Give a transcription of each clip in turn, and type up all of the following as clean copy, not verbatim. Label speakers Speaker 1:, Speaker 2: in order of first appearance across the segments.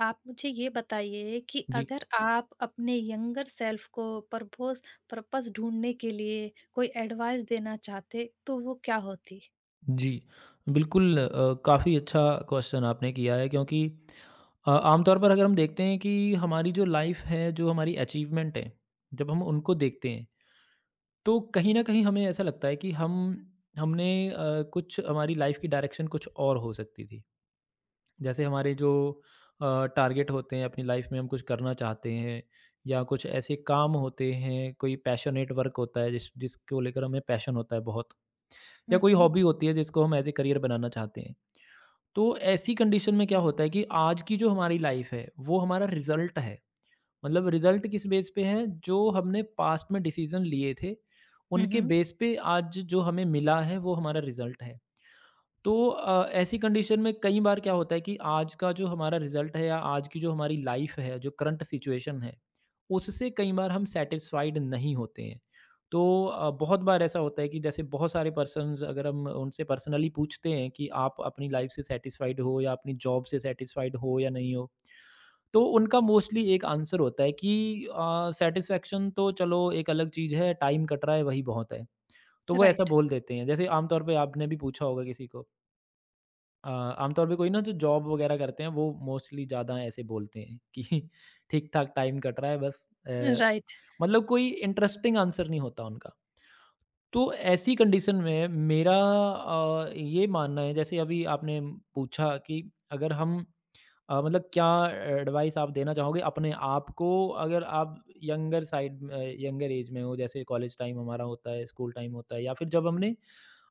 Speaker 1: आप मुझे ये बताइए कि
Speaker 2: जी,
Speaker 1: अगर आप अपने यंगर सेल्फ को पर्पस पर्पस ढूँढने के लिए कोई एडवाइस देना चाहते, तो वो क्या होती?
Speaker 2: जी। बिल्कुल काफ़ी अच्छा क्वेश्चन आपने किया है, क्योंकि आमतौर पर अगर हम देखते हैं कि हमारी जो लाइफ़ है, जो हमारी अचीवमेंट है, जब हम उनको देखते हैं, तो कहीं न कहीं हमें ऐसा लगता है कि हम हमने अ, कुछ हमारी लाइफ़ की डायरेक्शन कुछ और हो सकती थी। जैसे हमारे जो टारगेट होते हैं, अपनी लाइफ़ में हम कुछ करना चाहते हैं या कुछ ऐसे काम होते हैं, कोई पैशनेट वर्क होता है जिसको लेकर हमें पैशन होता है बहुत। या
Speaker 1: हुँ,
Speaker 2: कोई
Speaker 1: हुँ।
Speaker 2: हॉबी होती है जिसको हम एज़ ए करियर बनाना चाहते हैं। तो ऐसी कंडीशन में क्या होता है कि आज की जो हमारी लाइफ़ है, वो हमारा रिज़ल्ट है। मतलब रिज़ल्ट किस बेस पे है? जो हमने पास्ट में डिसीज़न लिए थे,
Speaker 1: हुँ,
Speaker 2: उनके
Speaker 1: हुँ।
Speaker 2: बेस पे आज जो हमें मिला है, वो हमारा रिज़ल्ट है। तो ऐसी कंडीशन में कई बार क्या होता है कि आज का जो हमारा रिजल्ट है या आज की जो हमारी लाइफ है, जो करंट सिचुएशन है, उससे कई बार हम सैटिस्फाइड नहीं होते हैं। तो बहुत बार ऐसा होता है कि जैसे बहुत सारे पर्सन्स अगर हम उनसे पर्सनली पूछते हैं कि आप अपनी लाइफ से सैटिस्फाइड हो या अपनी जॉब से सैटिस्फाइड हो या नहीं हो? तो उनका मोस्टली एक आंसर होता है कि सैटिस्फैक्शन तो चलो एक अलग चीज़ है, टाइम कट रहा है वही बहुत है। तो वो ऐसा
Speaker 1: राइट।
Speaker 2: बोल देते हैं। जैसे आम तौर पे आपने भी पूछा होगा किसी को। आमतौर पे कोई ना जो जॉब वगैरह करते हैं वो मोस्टली ज़्यादा ऐसे बोलते हैं कि ठीक-ठाक टाइम कट रहा है, बस
Speaker 1: राइट,
Speaker 2: मतलब कोई इंटरेस्टिंग आंसर नहीं होता उनका। तो ऐसी कंडीशन में मेरा ये मानना है, जैसे अभी आपने पूछा कि अगर हम मतलब क्या एडवाइस आप देना चाहोगे अपने आप को, अगर आप यंगर साइड में, यंगर एज में हो, जैसे कॉलेज टाइम हमारा होता है, स्कूल टाइम होता है, या फिर जब हमने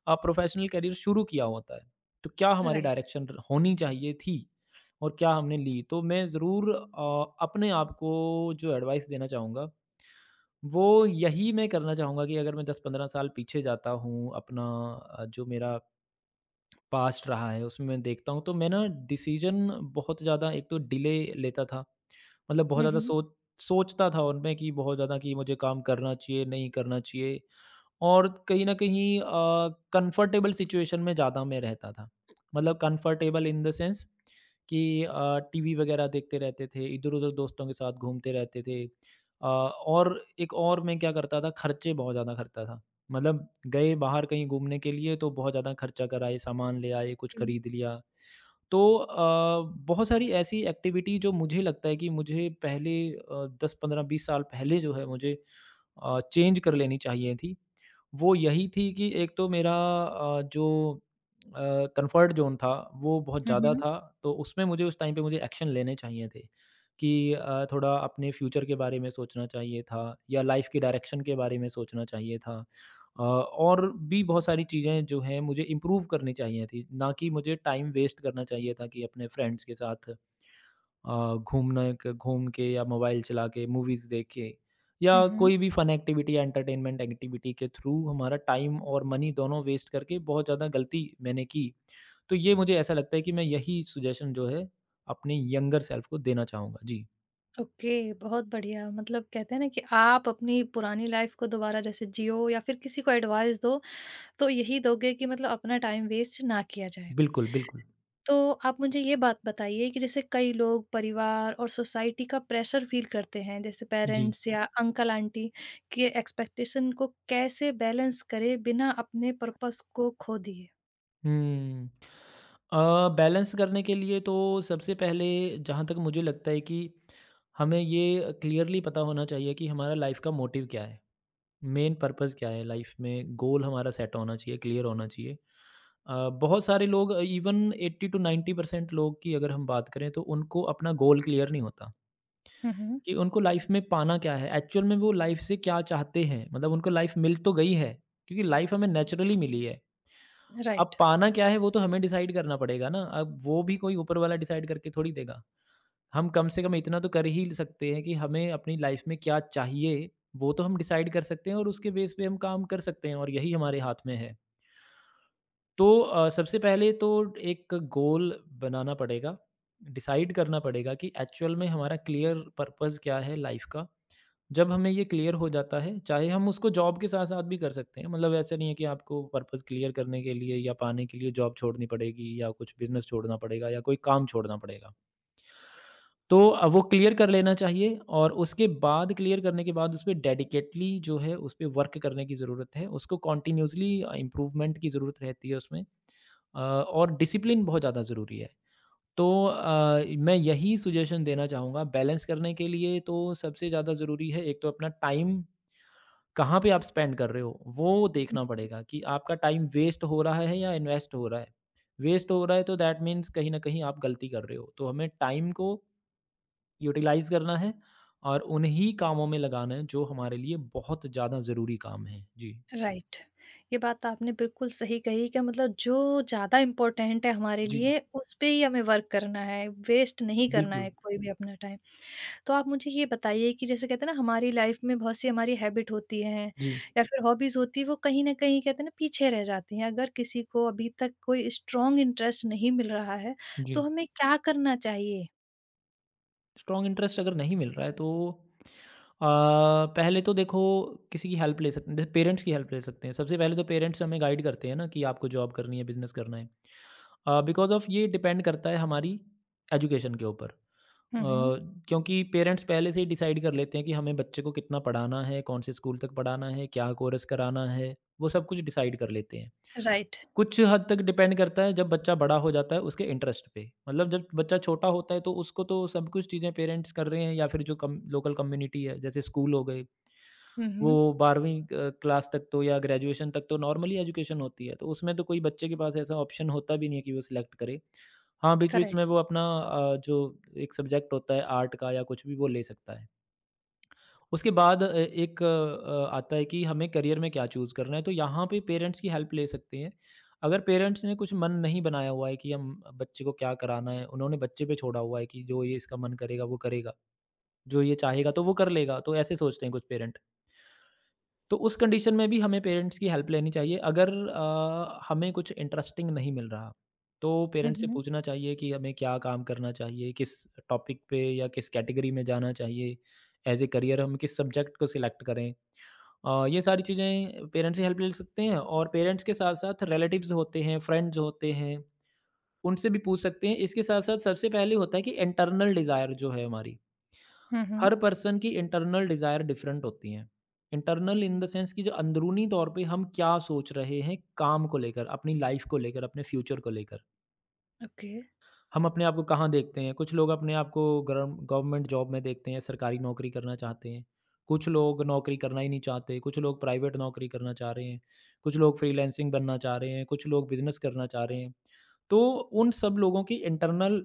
Speaker 2: प्रोफेशनल करियर शुरू किया होता है, तो क्या हमारी
Speaker 1: राइट।
Speaker 2: डायरेक्शन होनी चाहिए थी और क्या हमने ली। तो मैं ज़रूर अपने आप को जो एडवाइस देना चाहूँगा वो यही मैं करना चाहूँगा कि अगर मैं 10-15 साल पीछे जाता हूँ, अपना जो मेरा पास्ट रहा है उसमें मैं देखता हूँ, तो मैं ना डिसीजन बहुत ज़्यादा, एक तो डिले लेता था, मतलब बहुत
Speaker 1: हुँ,
Speaker 2: ज़्यादा
Speaker 1: हुँ।
Speaker 2: सोचता था उनमें कि बहुत ज़्यादा कि मुझे काम करना चाहिए नहीं करना चाहिए, और कहीं न कहीं कंफर्टेबल सिचुएशन में ज़्यादा मैं रहता था। मतलब कंफर्टेबल इन द सेंस कि टीवी वगैरह देखते रहते थे, इधर-उधर दोस्तों के साथ घूमते रहते थे। और एक और मैं क्या करता था, खर्चे बहुत ज़्यादा करता था। मतलब गए बाहर कहीं घूमने के लिए तो बहुत ज़्यादा खर्चा कराए, सामान ले आए, कुछ
Speaker 1: ओके।
Speaker 2: खरीद लिया। तो बहुत सारी ऐसी एक्टिविटी जो मुझे लगता है कि मुझे पहले 10, 15, 20 साल पहले जो है मुझे चेंज कर लेनी चाहिए थी। वो यही थी कि एक तो मेरा जो अ, कंफर्ट ज़ोन था वो बहुत
Speaker 1: हुँ,
Speaker 2: ज़्यादा
Speaker 1: हुँ।
Speaker 2: था, तो उसमें मुझे, उस टाइम पे मुझे एक्शन लेने चाहिए थे कि थोड़ा अपने फ्यूचर के बारे में सोचना चाहिए था या लाइफ़ के डायरेक्शन के बारे में सोचना चाहिए था। और भी बहुत सारी चीज़ें जो हैं मुझे इम्प्रूव करनी चाहिए थी, ना कि मुझे टाइम वेस्ट करना चाहिए था कि अपने फ्रेंड्स के साथ घूम के या मोबाइल चला के, मूवीज़ देख के,
Speaker 1: हुँ,
Speaker 2: या
Speaker 1: हुँ।
Speaker 2: कोई भी फ़न एक्टिविटी या एंटरटेनमेंट एक्टिविटी के थ्रू हमारा टाइम और मनी दोनों वेस्ट करके बहुत ज़्यादा गलती मैंने की। तो ये मुझे ऐसा लगता है कि मैं यही सजेशन जो है अपने यंगर सेल्फ को देना चाहूँगा। जी,
Speaker 1: ओके, बहुत बढ़िया। मतलब कहते हैं ना कि आप अपनी पुरानी लाइफ़ को दोबारा जैसे जियो या फिर किसी को एडवाइस दो, तो यही दोगे कि मतलब अपना टाइम वेस्ट ना किया जाए।
Speaker 2: बिल्कुल, बिल्कुल।
Speaker 1: तो आप मुझे ये बात बताइए कि जैसे कई लोग परिवार और सोसाइटी का प्रेशर फील करते हैं जैसे
Speaker 2: जी।
Speaker 1: पेरेंट्स या अंकल आंटी के एक्सपेक्टेशन को कैसे बैलेंस करें बिना अपने पर्पस को खो दिए।
Speaker 2: हुँ। बैलेंस करने के लिए तो सबसे पहले, जहाँ तक मुझे लगता है कि हमें ये क्लियरली पता होना चाहिए कि हमारा लाइफ़ का मोटिव क्या है। मेन पर्पस क्या है लाइफ में? गोल हमारा सेट होना चाहिए, क्लियर होना चाहिए। बहुत सारे लोग, इवन 80 टू 90% लोग की अगर हम बात करें, तो उनको अपना गोल क्लियर नहीं होता,
Speaker 1: हम्म।
Speaker 2: कि उनको लाइफ में पाना क्या है? एक्चुअल में वो लाइफ से क्या चाहते हैं? मतलब उनको लाइफ मिल तो गई है, क्योंकि लाइफ हमें नेचुरली मिली है। अब
Speaker 1: राइट।
Speaker 2: पाना क्या है वो तो हमें डिसाइड करना पड़ेगा ना, अब वो भी कोई ऊपर वाला डिसाइड करके थोड़ी देगा। हम कम से कम इतना तो कर ही सकते हैं कि हमें अपनी लाइफ में क्या चाहिए, वो तो हम डिसाइड कर सकते हैं और उसके बेस पे हम काम कर सकते हैं, और यही हमारे हाथ में है। तो सबसे पहले तो एक गोल बनाना पड़ेगा, डिसाइड करना पड़ेगा कि एक्चुअल में हमारा क्लियर पर्पस क्या है लाइफ का। जब हमें ये क्लियर हो जाता है, चाहे हम उसको जॉब के साथ-साथ भी कर सकते हैं, मतलब ऐसा नहीं है कि आपको पर्पस क्लियर करने के लिए या पाने के लिए जॉब छोड़नी पड़ेगी, या कुछ बिज़नेस छोड़ना पड़ेगा, या कोई काम छोड़ना पड़ेगा। तो वो क्लियर कर लेना चाहिए, और उसके बाद, क्लियर करने के बाद, उसपे डेडिकेटली जो है उसपे वर्क करने की ज़रूरत है। उसको कंटिन्यूअसली इम्प्रूवमेंट की ज़रूरत रहती है उसमें, और डिसिप्लिन बहुत ज़्यादा ज़रूरी है। तो मैं यही सजेशन देना चाहूँगा, बैलेंस करने के लिए तो सबसे ज़्यादा ज़रूरी है एक तो अपना टाइम कहाँ पे आप स्पेंड कर रहे हो, वो देखना पड़ेगा कि आपका टाइम वेस्ट हो रहा है या इन्वेस्ट हो रहा है। वेस्ट हो रहा है तो दैट मीन्स कहीं न कहीं आप गलती कर रहे हो। तो हमें टाइम को यूटिलाइज़ करना है और उन्हीं कामों में लगाना है जो हमारे लिए बहुत ज़्यादा ज़रूरी काम हैं। जी।
Speaker 1: राइट। ये बात आपने बिल्कुल सही कही कि मतलब जो ज़्यादा इम्पोर्टेंट है हमारे
Speaker 2: जी,
Speaker 1: लिए उस पे ही हमें वर्क करना है, वेस्ट नहीं करना
Speaker 2: बिल्कुल।
Speaker 1: है कोई भी अपना टाइम। तो आप मुझे ये बताइए कि जैसे कहते हैं ना हमारी लाइफ में बहुत सी हमारी हैबिट होती हैं
Speaker 2: जी,
Speaker 1: या फिर हॉबीज होती है, वो कहीं ना कहीं कहते हैं ना पीछे रह जाती हैं। अगर किसी को अभी तक कोई स्ट्रांग इंटरेस्ट नहीं मिल रहा है
Speaker 2: जी।
Speaker 1: तो हमें क्या करना चाहिए?
Speaker 2: स्ट्रॉन्ग इंटरेस्ट अगर नहीं मिल रहा है, तो अ, पहले तो देखो, किसी की हेल्प ले सकते हैं, जैसे पेरेंट्स की हेल्प ले सकते हैं। सबसे पहले तो पेरेंट्स हमें गाइड करते हैं ना, कि आपको जॉब करनी है, बिज़नेस करना है। बिकॉज़ ऑफ़ ये डिपेंड करता है हमारी एजुकेशन के ऊपर। अ,
Speaker 1: हम्म।
Speaker 2: क्योंकि पेरेंट्स पहले से ही डिसाइड कर लेते हैं कि हमें बच्चे को कितना पढ़ाना है, कौन से स्कूल तक पढ़ाना है, क्या कोर्स कराना है, वो सब कुछ डिसाइड कर लेते हैं।
Speaker 1: राइट।
Speaker 2: कुछ हद तक डिपेंड करता है, जब बच्चा बड़ा हो जाता है, उसके इंटरेस्ट पे। मतलब जब बच्चा छोटा होता है तो उसको तो सब कुछ चीज़ें पेरेंट्स कर रहे हैं, या फिर जो कम लोकल कम्युनिटी है, जैसे स्कूल हो गए,
Speaker 1: हम्म।
Speaker 2: वो 12वीं क क्लास तक तो, या ग्रेजुएशन तक तो नॉर्मली एजुकेशन होती है, तो उसमें तो कोई बच्चे के पास ऐसा ऑप्शन होता भी नहीं है कि वो सिलेक्ट करे। हाँ, बीच-बीच में
Speaker 1: करेक्ट।
Speaker 2: वो अपना, जो एक सब्जेक्ट होता है आर्ट का, या कुछ भी, वो ले सकता है। उसके बाद एक आता है कि हमें करियर में क्या चूज़ करना है, तो यहाँ पे पेरेंट्स की हेल्प ले सकते हैं। अगर पेरेंट्स ने कुछ मन नहीं बनाया हुआ है कि हम बच्चे को क्या कराना है, उन्होंने बच्चे पे छोड़ा हुआ है कि जो ये इसका मन करेगा वो करेगा, जो ये चाहेगा तो वो कर लेगा, तो ऐसे सोचते हैं कुछ पेरेंट्स। तो उस कंडीशन में भी हमें पेरेंट्स की हेल्प लेनी चाहिए, अगर हमें कुछ इंटरेस्टिंग नहीं मिल रहा, तो पेरेंट्स से
Speaker 1: हम्म।
Speaker 2: पूछना चाहिए कि हमें क्या काम करना चाहिए, किस टॉपिक पे या किस कैटेगरी में जाना चाहिए, एज ए करियर हम किस सब्जेक्ट को सिलेक्ट करें। ये सारी चीज़ें पेरेंट्स से हेल्प ले सकते हैं, और पेरेंट्स के साथ साथ रिलेटिव्स होते हैं, फ्रेंड्स होते हैं, उनसे भी पूछ सकते हैं। इसके साथ साथ सबसे पहले होता है कि इंटरनल डिज़ायर जो है हमारी,
Speaker 1: हम्म।
Speaker 2: हर पर्सन की इंटरनल डिज़ायर डिफरेंट होती हैं। इंटरनल इन द सेंस कि जो अंदरूनी तौर पे हम क्या सोच रहे हैं काम को लेकर, अपनी लाइफ़ को लेकर, अपने फ्यूचर को लेकर।
Speaker 1: ओके।
Speaker 2: हम अपने आप को कहाँ देखते हैं? कुछ लोग अपने आप को गरम गवर्नमेंट जॉब में देखते हैं, सरकारी नौकरी करना चाहते हैं। कुछ लोग नौकरी करना ही नहीं चाहते, कुछ लोग प्राइवेट नौकरी करना चाह रहे हैं, कुछ लोग फ्रीलांसिंग बनना चाह रहे हैं, कुछ लोग बिज़नेस करना चाह रहे हैं। तो उन सब लोगों की इंटरनल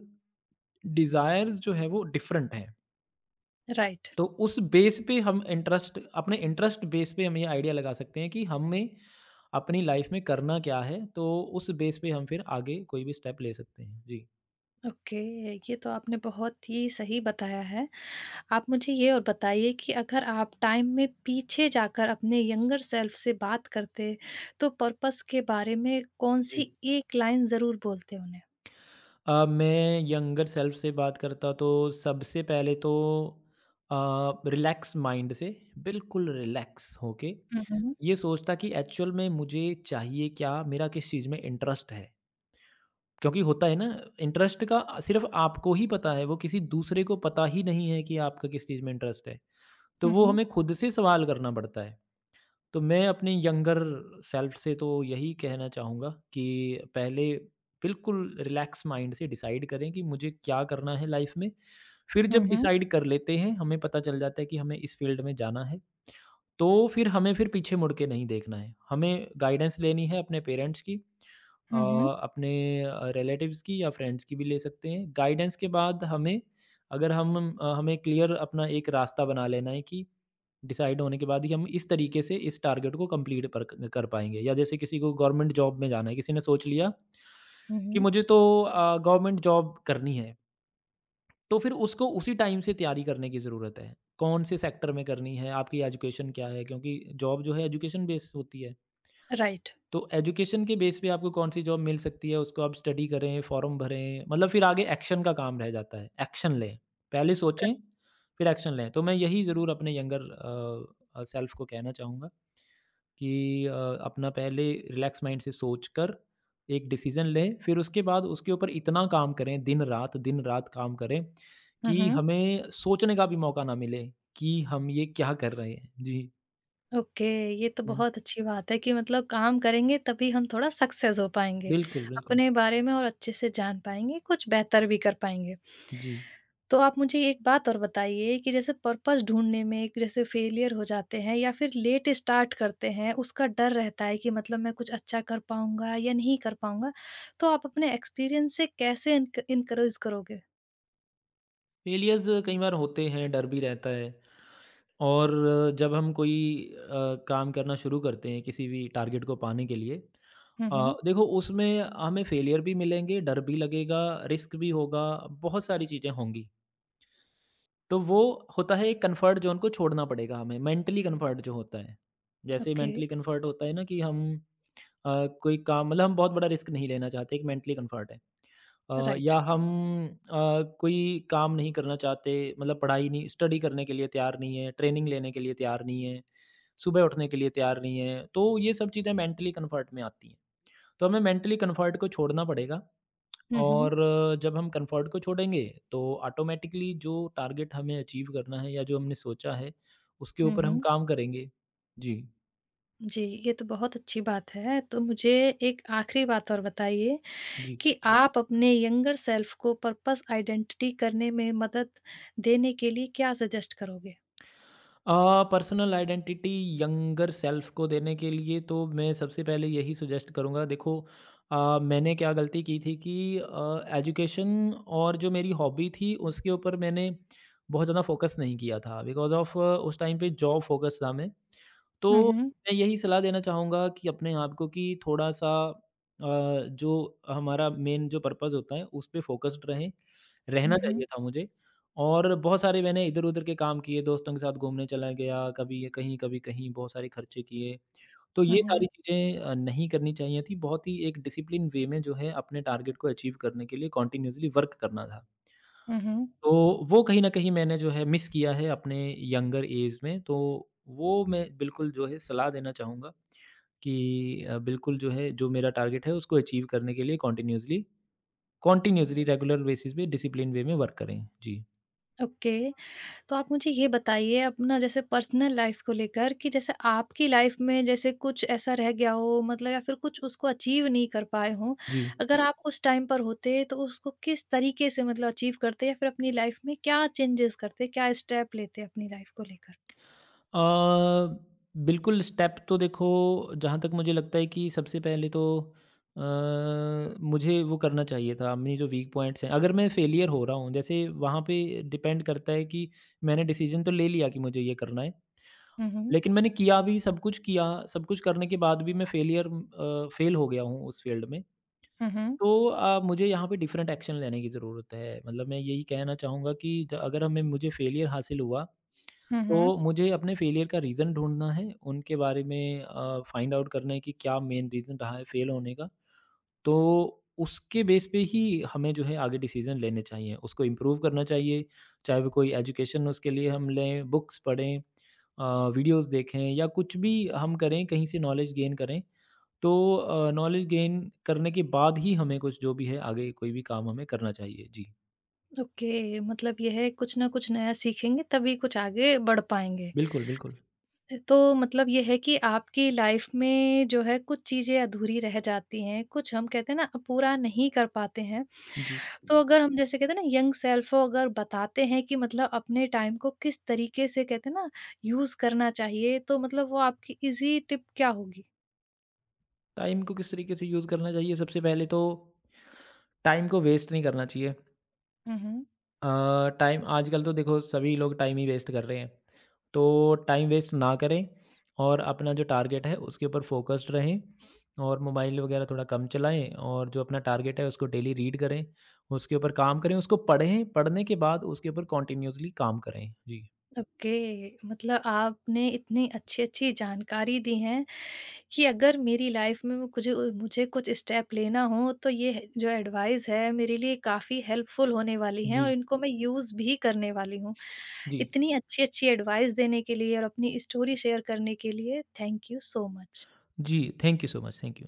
Speaker 2: डिज़ायर्स जो हैं वो डिफरेंट हैं।
Speaker 1: राइट।
Speaker 2: तो उस बेस पे हम इंटरेस्ट अपने इंटरेस्ट बेस पे हम ये आइडिया लगा सकते हैं कि हमें अपनी लाइफ में करना क्या है, तो उस बेस पे हम फिर आगे कोई भी स्टेप ले सकते हैं। जी,
Speaker 1: ओके, ये तो आपने बहुत ही सही बताया है। आप मुझे ये और बताइए कि अगर आप टाइम में पीछे जाकर अपने यंगर सेल्फ से बात करते, तो पर्पस के बारे में
Speaker 2: जी।
Speaker 1: कौन-सी एक लाइन ज़रूर बोलते उन्हें?
Speaker 2: मैं यंगर सेल्फ से बात करता, तो सबसे पहले तो अ, रिलैक्स माइंड से, बिल्कुल रिलैक्स होके
Speaker 1: हुँ, हुँ।
Speaker 2: ये सोचता कि एक्चुअल में मुझे चाहिए क्या? मेरा किस चीज़ में इंटरेस्ट है? क्योंकि होता है ना इंटरेस्ट का सिर्फ़ आपको ही पता है, वो किसी दूसरे को पता ही नहीं है कि आपका किस चीज़ में इंटरेस्ट है। तो
Speaker 1: हुँ,
Speaker 2: वो
Speaker 1: हुँ।
Speaker 2: हमें खुद से सवाल करना पड़ता है। तो मैं अपने यंगर सेल्फ से तो यही कहना चाहूँगा कि पहले बिल्कुल रिलैक्स माइंड से डिसाइड करें कि मुझे क्या करना है लाइफ़ में। फिर
Speaker 1: हुँ,
Speaker 2: जब
Speaker 1: हुँ।
Speaker 2: डिसाइड कर लेते हैं, हमें पता चल जाता है कि हमें इस फ़ील्ड में जाना है। तो फिर हमें फिर पीछे मुड़ के नहीं देखना है। हमें गाइडेंस लेनी है अपने पेरेंट्स की, अ,
Speaker 1: हुँ, हुँ।
Speaker 2: अपने रिलेटिव्स की या फ्रेंड्स की भी ले सकते हैं। गाइडेंस के बाद हमें, अगर हम, हमें क्लियर अपना एक रास्ता बना लेना है कि डिसाइड होने के बाद ही हम इस तरीके से इस टारगेट को कंप्लीट पर कर पाएँगे या जैसे किसी को गवर्नमेंट जॉब में जाना है, किसी ने सोच लिया
Speaker 1: हुँ,
Speaker 2: कि
Speaker 1: हुँ।
Speaker 2: मुझे तो गवर्नमेंट जॉब करनी है। तो फिर उसको उसी टाइम से तैयारी करने की ज़रूरत है। कौन से सेक्टर में करनी है, आपकी एजुकेशन क्या है? क्योंकि जॉब जो है एजुकेशन बेस होती है।
Speaker 1: राइट।
Speaker 2: तो एजुकेशन के बेस पे आपको कौन सी जॉब मिल सकती है, उसको आप स्टडी करें, फॉर्म भरें, मतलब फिर आगे एक्शन का काम रह जाता है। एक्शन लें, पहले सोचें, फिर एक्शन लें। तो मैं यही ज़रूर अपने यंगर सेल्फ को कहना चाहूँगा कि अ, अपना पहले रिलैक्स माइंड से सोचकर एक डिसीजन लें, फिर उसके बाद उसके ऊपर इतना काम करें दिन-रात, दिन-रात काम करें
Speaker 1: हुँ,
Speaker 2: कि
Speaker 1: हुँ।
Speaker 2: हमें सोचने का भी मौका ना मिले कि हम ये क्या कर रहे हैं। जी।
Speaker 1: ओके, ये तो
Speaker 2: हुँ,
Speaker 1: बहुत अच्छी बात है कि मतलब काम करेंगे तभी हम थोड़ा सक्सेस हो पाएँगे।
Speaker 2: बिल्कुल, बिल्कुल।
Speaker 1: अपने बारे में और अच्छे से जान पाएँगे, कुछ बेहतर भी कर पाएँगे।
Speaker 2: जी।
Speaker 1: तो आप मुझे एक बात और बताइए कि जैसे पर्पस ढूँढने में कि जैसे फेलियर हो जाते हैं या फिर लेट स्टार्ट करते हैं, उसका डर रहता है कि मतलब मैं कुछ अच्छा कर पाऊँगा या नहीं कर पाऊँगा। तो आप अपने एक्सपीरियंस से कैसे एनकरेज करोगे?
Speaker 2: फेलियर्स कई बार होते हैं, डर भी रहता है और जब हम कोई काम करना शुरू करते हैं किसी भी टारगेट को पाने के लिए,
Speaker 1: हुँ,
Speaker 2: अ,
Speaker 1: हुँ।
Speaker 2: देखो उसमें हमें फेलियर भी मिलेंगे, डर भी लगेगा, रिस्क भी होगा, बहुत सारी चीज़ें होंगी। तो वो होता है एक कम्फर्ट ज़ोन को छोड़ना पड़ेगा हमें, मेंटली कम्फर्ट जो होता है। जैसे
Speaker 1: ओके।
Speaker 2: मेंटली कम्फर्ट होता है ना कि हम अ, कोई काम मतलब हम बहुत बड़ा रिस्क नहीं लेना चाहते, एक मेंटली कम्फर्ट है। या
Speaker 1: राइट।
Speaker 2: हम अ, कोई काम नहीं करना चाहते, मतलब पढ़ाई नहीं, स्टडी करने के लिए तैयार नहीं है, ट्रेनिंग लेने के लिए तैयार नहीं है, सुबह उठने के लिए तैयार नहीं है। तो ये सब चीज़ें मेंटली कम्फर्ट में आती हैं। तो हमें मेंटली कम्फर्ट को छोड़ना पड़ेगा
Speaker 1: हुँ, हुँ।
Speaker 2: और जब हम कंफर्ट को छोड़ेंगे तो ऑटोमेटिकली जो टारगेट हमें अचीव करना है या जो हमने सोचा है उसके
Speaker 1: हुँ,
Speaker 2: ऊपर हम
Speaker 1: हुँ।
Speaker 2: काम करेंगे। जी।
Speaker 1: जी, ये तो बहुत अच्छी बात है। तो मुझे एक आखिरी बात और बताइए
Speaker 2: जी।
Speaker 1: कि आप अपने यंगर सेल्फ को पर्पस आइडेंटिटी करने में मदद देने के लिए क्या सजेस्ट करोगे?
Speaker 2: पर्सनल आइडेंटिटी यंगर सेल्फ को देने के लिए तो मैं सबसे पहले यही सजेस्ट करूँगा, देखो मैंने क्या गलती की थी कि एजुकेशन और जो मेरी हॉबी थी उसके ऊपर मैंने बहुत ज़्यादा फोकस नहीं किया था बिकॉज ऑफ उस टाइम पे जॉब फोकस था मैं।
Speaker 1: हुँ,
Speaker 2: तो
Speaker 1: हुँ।
Speaker 2: मैं यही सलाह देना चाहूँगा कि अपने आप को कि थोड़ा सा जो हमारा मेन जो पर्पस होता है उस पे फोकस्ड रहें, रहना
Speaker 1: हुँ,
Speaker 2: चाहिए
Speaker 1: हुँ।
Speaker 2: था मुझे। और बहुत सारे मैंने इधर-उधर के काम किए, दोस्तों के साथ घूमने चला गया, कभी ये कहीं, कभी कहीं, बहुत सारे खर्चे किए। तो
Speaker 1: हुँ,
Speaker 2: ये सारी
Speaker 1: हुँ।
Speaker 2: चीज़ें नहीं करनी चाहिए थी, बहुत ही एक डिसिप्लिन वे में जो है अपने टारगेट को अचीव करने के लिए कंटीन्यूअसली वर्क करना था।
Speaker 1: हुँ, हुँ।
Speaker 2: तो वो कहीं न कहीं मैंने जो है मिस किया है अपने यंगर ऐज में, तो वो मैं बिल्कुल जो है सलाह देना चाहूँगा कि बिल्कुल जो है जो मेरा टारगेट है उसको अचीव करने के लिए कंटीन्यूअसली कंटीन्यूअसली रेगुलर बेसिस पे डिसिप्लिन वे में वर्क करें। जी।
Speaker 1: ओके, तो आप मुझे ये बताइए अपना जैसे पर्सनल लाइफ़ को लेकर कि जैसे आपकी लाइफ़ में जैसे कुछ ऐसा रह गया हो मतलब या फिर कुछ उसको अचीव नहीं कर पाए हों,
Speaker 2: जी।
Speaker 1: अगर आप उस टाइम पर होते तो उसको किस तरीके से मतलब अचीव करते या फिर अपनी लाइफ़ में क्या चेंजेस करते, क्या स्टेप लेते अपनी लाइफ़ को लेकर?
Speaker 2: अ, बिल्कुल स्टेप तो देखो जहाँ तक मुझे लगता है कि सबसे पहले तो अ, मुझे वो करना चाहिए था, मेरी जो वीक पॉइंट्स हैं अगर मैं फेलियर हो रहा हूँ जैसे वहाँ पे डिपेंड करता है कि मैंने डिसीजन तो ले लिया कि मुझे ये करना है
Speaker 1: हुँ, हुँ।
Speaker 2: लेकिन मैंने किया भी, सब कुछ किया, सब कुछ करने के बाद भी मैं फेल हो गया हूँ उस फील्ड में।
Speaker 1: हुँ, हुँ।
Speaker 2: तो मुझे यहाँ पे डिफरेंट एक्शन लेने की ज़रूरत है। मतलब मैं यही कहना चाहूँगा कि ज अगर हमें मुझे फेलियर हासिल हुआ,
Speaker 1: हुँ, हुँ।
Speaker 2: तो मुझे अपने फेलियर का रीज़न ढूँढना है, उनके बारे में फाइंड आउट करना है कि क्या मेन रीज़न रहा है फेल होने का। तो उसके बेस पे ही हमें जो है आगे डिसीज़न लेने चाहिए, उसको इम्प्रूव करना चाहिए। चाहे वो कोई एजुकेशन उसके लिए हम लें, बुक्स पढ़ें, अ, वीडियोज़ देखें या कुछ भी हम करें, कहीं से नॉलेज गेन करें। तो नॉलेज गेन करने के बाद ही हमें कुछ जो भी है आगे कोई भी काम हमें करना चाहिए। जी।
Speaker 1: ओके, मतलब ये है कुछ ना कुछ नया सीखेंगे तभी कुछ आगे बढ़ पाएँगे।
Speaker 2: बिल्कुल, बिल्कुल।
Speaker 1: तो मतलब ये है कि आपकी लाइफ में जो है कुछ चीज़ें अधूरी रह जाती हैं, कुछ हम कहते हैं ना पूरा नहीं कर पाते हैं।
Speaker 2: जी।
Speaker 1: तो अगर हम जैसे कहते हैं ना यंग सेल्फ को अगर बताते हैं कि मतलब अपने टाइम को किस तरीके से कहते हैं ना यूज़ करना चाहिए, तो मतलब वो आपकी ईज़ी टिप क्या होगी?
Speaker 2: टाइम को किस तरीके से यूज़ करना चाहिए, सबसे पहले तो टाइम को वेस्ट नहीं करना चाहिए।
Speaker 1: हुँ, हुँ।
Speaker 2: अ, टाइम आजकल तो देखो सभी लोग टाइम ही वेस्ट कर रहे हैं। तो टाइम वेस्ट ना करें और अपना जो टारगेट है उसके ऊपर फ़ोकस्ड रहें और मोबाइल वगैरह थोड़ा कम चलाएँ और जो अपना टारगेट है उसको डेली रीड करें, उसके ऊपर काम करें, उसको पढ़ें, पढ़ने के बाद उसके ऊपर कंटिन्यूअसली काम करें। जी।
Speaker 1: ओके, मतलब आपने इतनी अच्छी-अच्छी जानकारी दी है कि अगर मेरी लाइफ में मुझे मुझे कुछ स्टेप लेना हो तो ये जो एडवाइस है मेरे लिए काफ़ी हेल्पफुल होने वाली है और
Speaker 2: जी।
Speaker 1: इनको मैं यूज़ भी करने वाली हूँ।
Speaker 2: जी।
Speaker 1: इतनी अच्छी-अच्छी एडवाइस देने के लिए और अपनी स्टोरी शेयर करने के लिए थैंक यू सो मच।
Speaker 2: जी, thank you so much. Thank you.